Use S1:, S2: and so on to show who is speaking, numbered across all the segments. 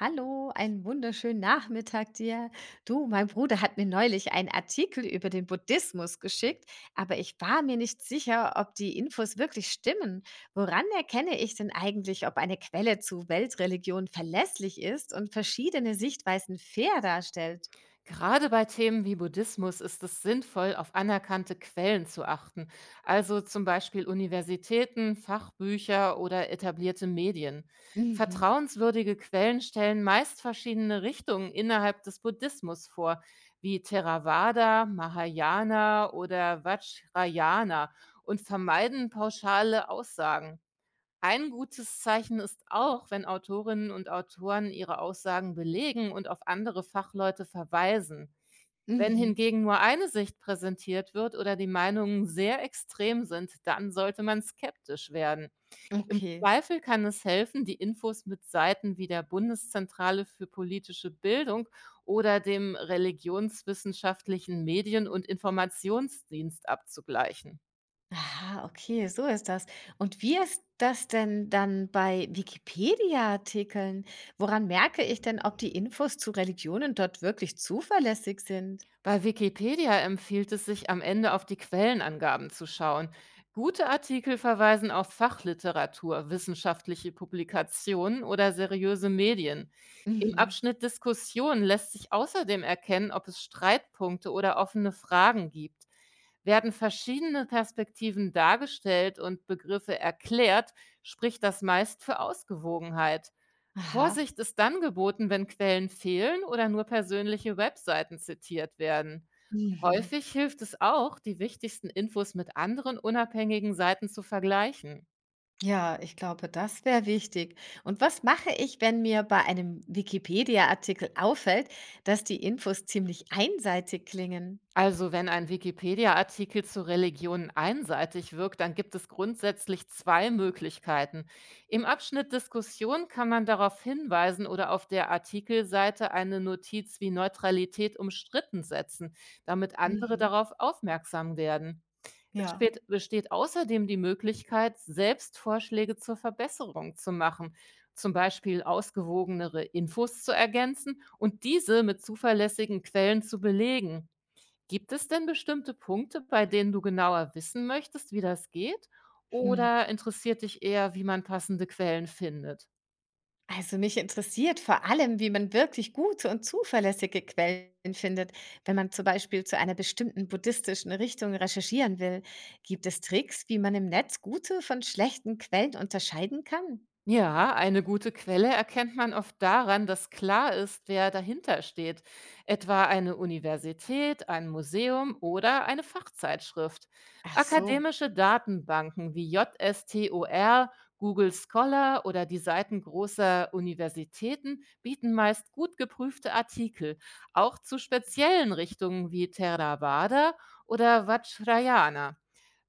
S1: Hallo, einen wunderschönen Nachmittag dir. Du, mein Bruder hat mir neulich einen Artikel über den Buddhismus geschickt, aber ich war mir nicht sicher, ob die Infos wirklich stimmen. Woran erkenne ich denn eigentlich, ob eine Quelle zu Weltreligionen verlässlich ist und verschiedene Sichtweisen fair darstellt?
S2: Gerade bei Themen wie Buddhismus ist es sinnvoll, auf anerkannte Quellen zu achten, also zum Beispiel Universitäten, Fachbücher oder etablierte Medien.
S1: Mhm,
S2: Vertrauenswürdige Quellen stellen meist verschiedene Richtungen innerhalb des Buddhismus vor, wie Theravada, Mahayana oder Vajrayana und vermeiden pauschale Aussagen. Ein gutes Zeichen ist auch, wenn Autorinnen und Autoren ihre Aussagen belegen und auf andere Fachleute verweisen. Wenn
S1: mhm,
S2: hingegen nur eine Sicht präsentiert wird oder die Meinungen sehr extrem sind, dann sollte man skeptisch werden. Im
S1: okay.
S2: Zweifel kann es helfen, die Infos mit Seiten wie der Bundeszentrale für politische Bildung oder dem religionswissenschaftlichen Medien- und Informationsdienst abzugleichen.
S1: Aha, okay, so ist das. Und wie ist das denn dann bei Wikipedia-Artikeln? Woran merke ich denn, ob die Infos zu Religionen dort wirklich zuverlässig sind?
S2: Bei Wikipedia empfiehlt es sich, am Ende auf die Quellenangaben zu schauen. Gute Artikel verweisen auf Fachliteratur, wissenschaftliche Publikationen oder seriöse Medien. Im
S1: Mhm.
S2: Abschnitt Diskussion lässt sich außerdem erkennen, ob es Streitpunkte oder offene Fragen gibt. Werden verschiedene Perspektiven dargestellt und Begriffe erklärt, spricht das meist für Ausgewogenheit.
S1: Aha.
S2: Vorsicht ist dann geboten, wenn Quellen fehlen oder nur persönliche Webseiten zitiert werden.
S1: Mhm.
S2: Häufig hilft es auch, die wichtigsten Infos mit anderen unabhängigen Seiten zu vergleichen.
S1: Ja, ich glaube, das wäre wichtig. Und was mache ich, wenn mir bei einem Wikipedia-Artikel auffällt, dass die Infos ziemlich einseitig klingen?
S2: Also wenn ein Wikipedia-Artikel zu Religionen einseitig wirkt, dann gibt es grundsätzlich zwei Möglichkeiten. Im Abschnitt Diskussion kann man darauf hinweisen oder auf der Artikelseite eine Notiz wie Neutralität umstritten setzen, damit andere
S1: Mhm.
S2: darauf aufmerksam werden. Es
S1: Ja.
S2: spät besteht außerdem die Möglichkeit, selbst Vorschläge zur Verbesserung zu machen, zum Beispiel ausgewogenere Infos zu ergänzen und diese mit zuverlässigen Quellen zu belegen. Gibt es denn bestimmte Punkte, bei denen du genauer wissen möchtest, wie das geht?
S1: Hm.
S2: Oder interessiert dich eher, wie man passende Quellen findet?
S1: Also mich interessiert vor allem, wie man wirklich gute und zuverlässige Quellen findet, wenn man zum Beispiel zu einer bestimmten buddhistischen Richtung recherchieren will. Gibt es Tricks, wie man im Netz gute von schlechten Quellen unterscheiden kann?
S2: Ja, eine gute Quelle erkennt man oft daran, dass klar ist, wer dahinter steht, etwa eine Universität, ein Museum oder eine Fachzeitschrift.
S1: Ach so.
S2: Akademische Datenbanken wie JSTOR, Google Scholar oder die Seiten großer Universitäten bieten meist gut geprüfte Artikel, auch zu speziellen Richtungen wie Theravada oder Vajrayana.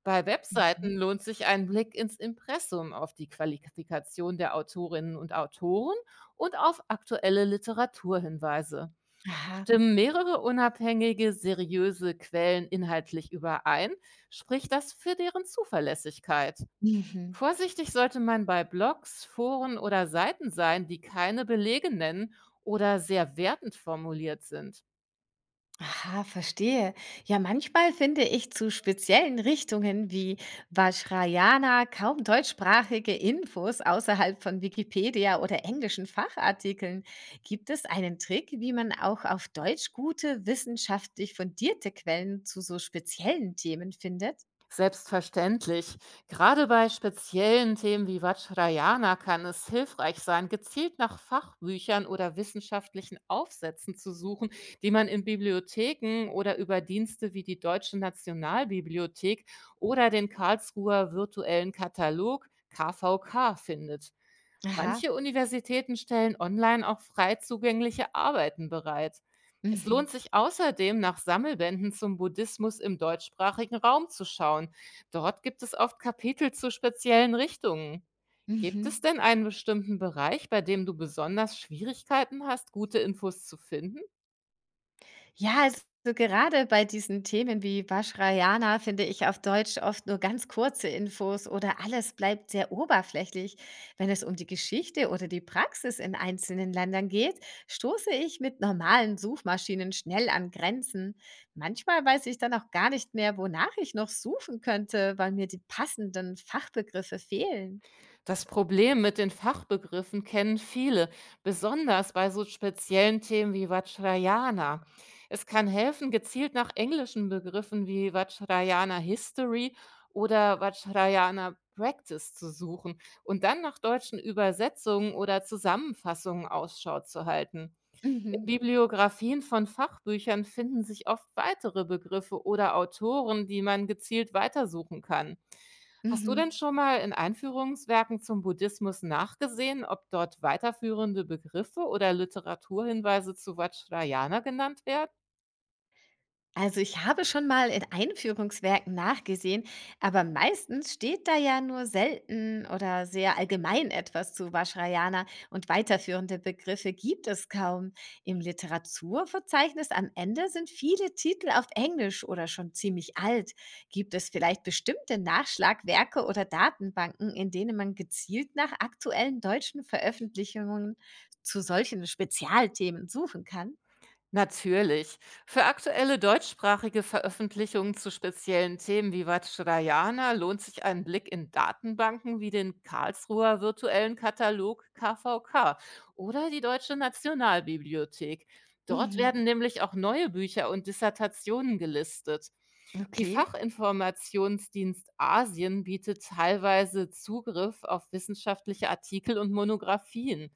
S2: Bei Webseiten
S1: Mhm.
S2: lohnt sich ein Blick ins Impressum auf die Qualifikation der Autorinnen und Autoren und auf aktuelle Literaturhinweise.
S1: Aha.
S2: Stimmen mehrere unabhängige, seriöse Quellen inhaltlich überein, spricht das für deren Zuverlässigkeit.
S1: Mhm.
S2: Vorsichtig sollte man bei Blogs, Foren oder Seiten sein, die keine Belege nennen oder sehr wertend formuliert sind.
S1: Aha, verstehe. Ja, manchmal finde ich zu speziellen Richtungen wie Vajrayana kaum deutschsprachige Infos außerhalb von Wikipedia oder englischen Fachartikeln. Gibt es einen Trick, wie man auch auf Deutsch gute, wissenschaftlich fundierte Quellen zu so speziellen Themen findet?
S2: Selbstverständlich. Gerade bei speziellen Themen wie Vajrayana kann es hilfreich sein, gezielt nach Fachbüchern oder wissenschaftlichen Aufsätzen zu suchen, die man in Bibliotheken oder über Dienste wie die Deutsche Nationalbibliothek oder den Karlsruher Virtuellen Katalog KVK findet.
S1: Aha.
S2: Manche Universitäten stellen online auch frei zugängliche Arbeiten bereit. Es
S1: Mhm.
S2: lohnt sich außerdem, nach Sammelbänden zum Buddhismus im deutschsprachigen Raum zu schauen. Dort gibt es oft Kapitel zu speziellen Richtungen. Gibt es
S1: Mhm.
S2: denn einen bestimmten Bereich, bei dem du besonders Schwierigkeiten hast, gute Infos zu finden?
S1: Ja, also gerade bei diesen Themen wie Vajrayana finde ich auf Deutsch oft nur ganz kurze Infos oder alles bleibt sehr oberflächlich. Wenn es um die Geschichte oder die Praxis in einzelnen Ländern geht, stoße ich mit normalen Suchmaschinen schnell an Grenzen. Manchmal weiß ich dann auch gar nicht mehr, wonach ich noch suchen könnte, weil mir die passenden Fachbegriffe fehlen.
S2: Das Problem mit den Fachbegriffen kennen viele, besonders bei so speziellen Themen wie Vajrayana. Es kann helfen, gezielt nach englischen Begriffen wie Vajrayana History oder Vajrayana Practice zu suchen und dann nach deutschen Übersetzungen oder Zusammenfassungen Ausschau zu halten. In
S1: Mhm.
S2: Bibliografien von Fachbüchern finden sich oft weitere Begriffe oder Autoren, die man gezielt weitersuchen kann. Hast du denn
S1: Mhm.
S2: schon mal in Einführungswerken zum Buddhismus nachgesehen, ob dort weiterführende Begriffe oder Literaturhinweise zu Vajrayana genannt werden?
S1: Also ich habe schon mal in Einführungswerken nachgesehen, aber meistens steht da ja nur selten oder sehr allgemein etwas zu Vajrayana und weiterführende Begriffe gibt es kaum. Im Literaturverzeichnis am Ende sind viele Titel auf Englisch oder schon ziemlich alt. Gibt es vielleicht bestimmte Nachschlagwerke oder Datenbanken, in denen man gezielt nach aktuellen deutschen Veröffentlichungen zu solchen Spezialthemen suchen kann?
S2: Natürlich. Für aktuelle deutschsprachige Veröffentlichungen zu speziellen Themen wie Vajrayana lohnt sich ein Blick in Datenbanken wie den Karlsruher virtuellen Katalog KVK oder die Deutsche Nationalbibliothek. Dort
S1: Mhm.
S2: werden nämlich auch neue Bücher und Dissertationen gelistet. Die
S1: Okay,
S2: Fachinformationsdienst Asien bietet teilweise Zugriff auf wissenschaftliche Artikel und Monographien.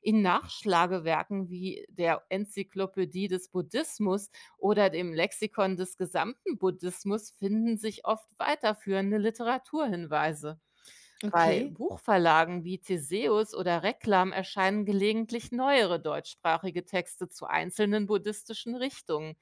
S2: In Nachschlagewerken wie der Enzyklopädie des Buddhismus oder dem Lexikon des gesamten Buddhismus finden sich oft weiterführende Literaturhinweise. Bei
S1: okay.
S2: Buchverlagen wie Theseus oder Reklam erscheinen gelegentlich neuere deutschsprachige Texte zu einzelnen buddhistischen Richtungen.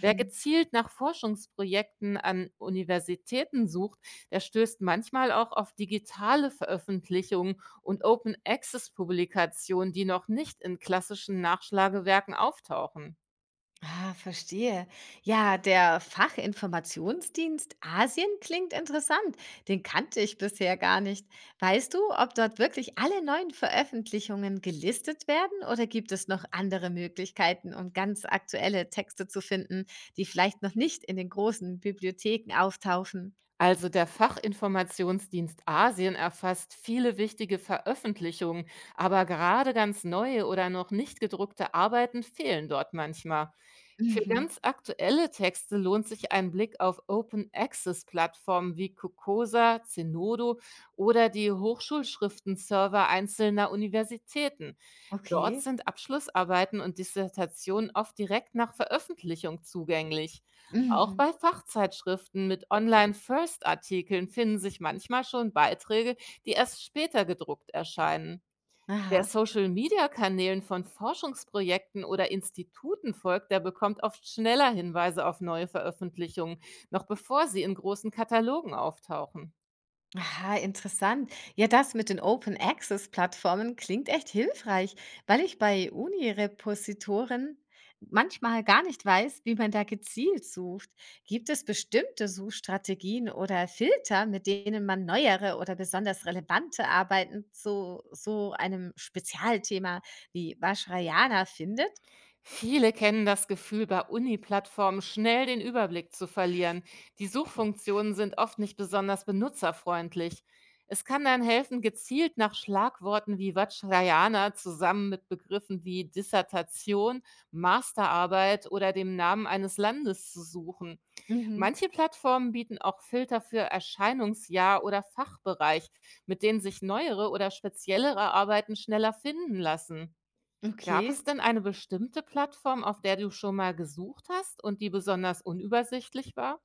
S2: Wer gezielt nach Forschungsprojekten an Universitäten sucht, der stößt manchmal auch auf digitale Veröffentlichungen und Open Access Publikationen, die noch nicht in klassischen Nachschlagewerken auftauchen.
S1: Ah, verstehe. Ja, der Fachinformationsdienst Asien klingt interessant. Den kannte ich bisher gar nicht. Weißt du, ob dort wirklich alle neuen Veröffentlichungen gelistet werden oder gibt es noch andere Möglichkeiten, um ganz aktuelle Texte zu finden, die vielleicht noch nicht in den großen Bibliotheken auftauchen?
S2: Also der Fachinformationsdienst Asien erfasst viele wichtige Veröffentlichungen, aber gerade ganz neue oder noch nicht gedruckte Arbeiten fehlen dort manchmal. Für
S1: Mhm.
S2: ganz aktuelle Texte lohnt sich ein Blick auf Open-Access-Plattformen wie Cocosa, Zenodo oder die Hochschulschriftenserver einzelner Universitäten. Dort
S1: Okay.
S2: sind Abschlussarbeiten und Dissertationen oft direkt nach Veröffentlichung zugänglich. Auch
S1: Mhm.
S2: bei Fachzeitschriften mit Online-First-Artikeln finden sich manchmal schon Beiträge, die erst später gedruckt erscheinen. Wer
S1: Aha.
S2: Social-Media-Kanälen von Forschungsprojekten oder Instituten folgt, der bekommt oft schneller Hinweise auf neue Veröffentlichungen, noch bevor sie in großen Katalogen auftauchen.
S1: Aha, interessant. Ja, das mit den Open Access Plattformen klingt echt hilfreich, weil ich bei Uni-Repositoren manchmal gar nicht weiß, wie man da gezielt sucht. Gibt es bestimmte Suchstrategien oder Filter, mit denen man neuere oder besonders relevante Arbeiten zu so einem Spezialthema wie Vajrayana findet?
S2: Viele kennen das Gefühl, bei Uni-Plattformen schnell den Überblick zu verlieren. Die Suchfunktionen sind oft nicht besonders benutzerfreundlich. Es kann dann helfen, gezielt nach Schlagworten wie Vajrayana zusammen mit Begriffen wie Dissertation, Masterarbeit oder dem Namen eines Landes zu suchen.
S1: Mhm.
S2: Manche Plattformen bieten auch Filter für Erscheinungsjahr oder Fachbereich, mit denen sich neuere oder speziellere Arbeiten schneller finden lassen. Gab
S1: Okay.
S2: es denn eine bestimmte Plattform, auf der du schon mal gesucht hast und die besonders unübersichtlich war?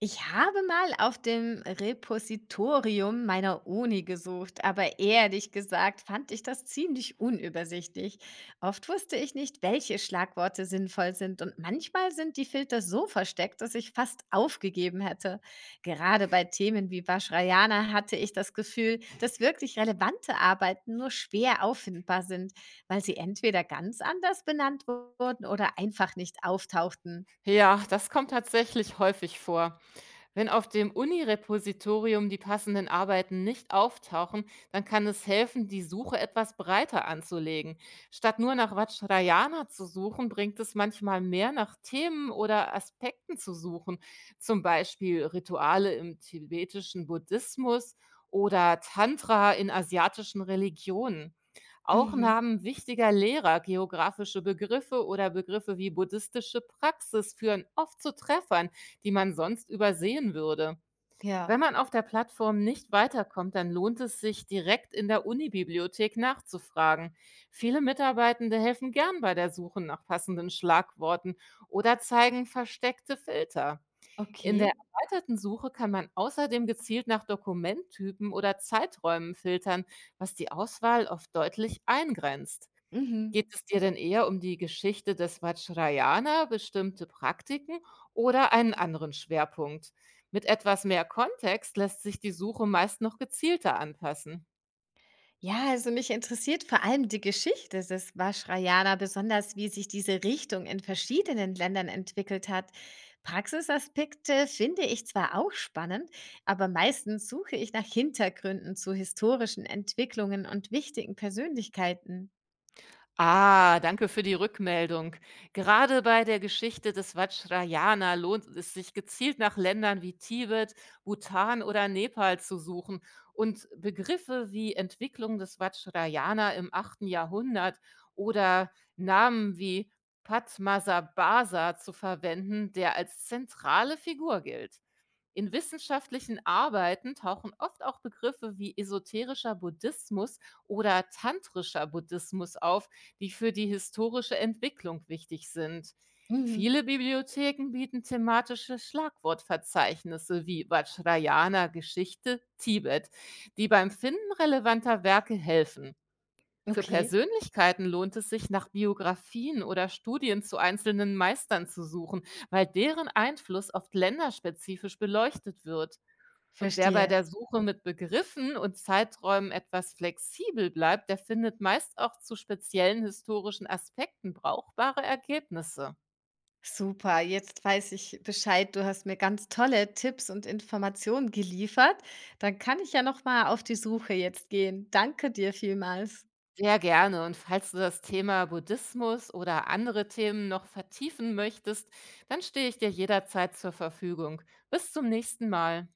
S1: Ich habe mal auf dem Repositorium meiner Uni gesucht, aber ehrlich gesagt fand ich das ziemlich unübersichtlich. Oft wusste ich nicht, welche Schlagworte sinnvoll sind und manchmal sind die Filter so versteckt, dass ich fast aufgegeben hätte. Gerade bei Themen wie Vajrayana hatte ich das Gefühl, dass wirklich relevante Arbeiten nur schwer auffindbar sind, weil sie entweder ganz anders benannt wurden oder einfach nicht auftauchten.
S2: Ja, das kommt tatsächlich häufig vor. Wenn auf dem Uni-Repositorium die passenden Arbeiten nicht auftauchen, dann kann es helfen, die Suche etwas breiter anzulegen. Statt nur nach Vajrayana zu suchen, bringt es manchmal mehr nach Themen oder Aspekten zu suchen, zum Beispiel Rituale im tibetischen Buddhismus oder Tantra in asiatischen Religionen. Auch
S1: Mhm.
S2: Namen wichtiger Lehrer, geografische Begriffe oder Begriffe wie buddhistische Praxis führen oft zu Treffern, die man sonst übersehen würde.
S1: Ja,
S2: Wenn man auf der Plattform nicht weiterkommt, dann lohnt es sich, direkt in der Unibibliothek nachzufragen. Viele Mitarbeitende helfen gern bei der Suche nach passenden Schlagworten oder zeigen versteckte Filter. In der
S1: okay.
S2: erweiterten Suche kann man außerdem gezielt nach Dokumenttypen oder Zeiträumen filtern, was die Auswahl oft deutlich eingrenzt. Geht
S1: Mhm.
S2: es dir denn eher um die Geschichte des Vajrayana, bestimmte Praktiken oder einen anderen Schwerpunkt? Mit etwas mehr Kontext lässt sich die Suche meist noch gezielter anpassen.
S1: Ja, also mich interessiert vor allem die Geschichte des Vajrayana, besonders wie sich diese Richtung in verschiedenen Ländern entwickelt hat. Praxisaspekte finde ich zwar auch spannend, aber meistens suche ich nach Hintergründen zu historischen Entwicklungen und wichtigen Persönlichkeiten.
S2: Ah, danke für die Rückmeldung. Gerade bei der Geschichte des Vajrayana lohnt es sich gezielt nach Ländern wie Tibet, Bhutan oder Nepal zu suchen und Begriffe wie Entwicklung des Vajrayana im achten Jahrhundert oder Namen wie Padmasambhasa zu verwenden, der als zentrale Figur gilt. In wissenschaftlichen Arbeiten tauchen oft auch Begriffe wie esoterischer Buddhismus oder tantrischer Buddhismus auf, die für die historische Entwicklung wichtig sind.
S1: Mhm.
S2: Viele Bibliotheken bieten thematische Schlagwortverzeichnisse wie Vajrayana Geschichte Tibet, die beim Finden relevanter Werke helfen. Für
S1: Okay,
S2: Persönlichkeiten lohnt es sich, nach Biografien oder Studien zu einzelnen Meistern zu suchen, weil deren Einfluss oft länderspezifisch beleuchtet wird. Und wer bei
S1: verstehe.
S2: der Suche mit Begriffen und Zeiträumen etwas flexibel bleibt, der findet meist auch zu speziellen historischen Aspekten brauchbare Ergebnisse.
S1: Super, jetzt weiß ich Bescheid. Du hast mir ganz tolle Tipps und Informationen geliefert. Dann kann ich ja noch mal auf die Suche jetzt gehen. Danke dir vielmals.
S2: Sehr gerne. Und falls du das Thema Buddhismus oder andere Themen noch vertiefen möchtest, dann stehe ich dir jederzeit zur Verfügung. Bis zum nächsten Mal.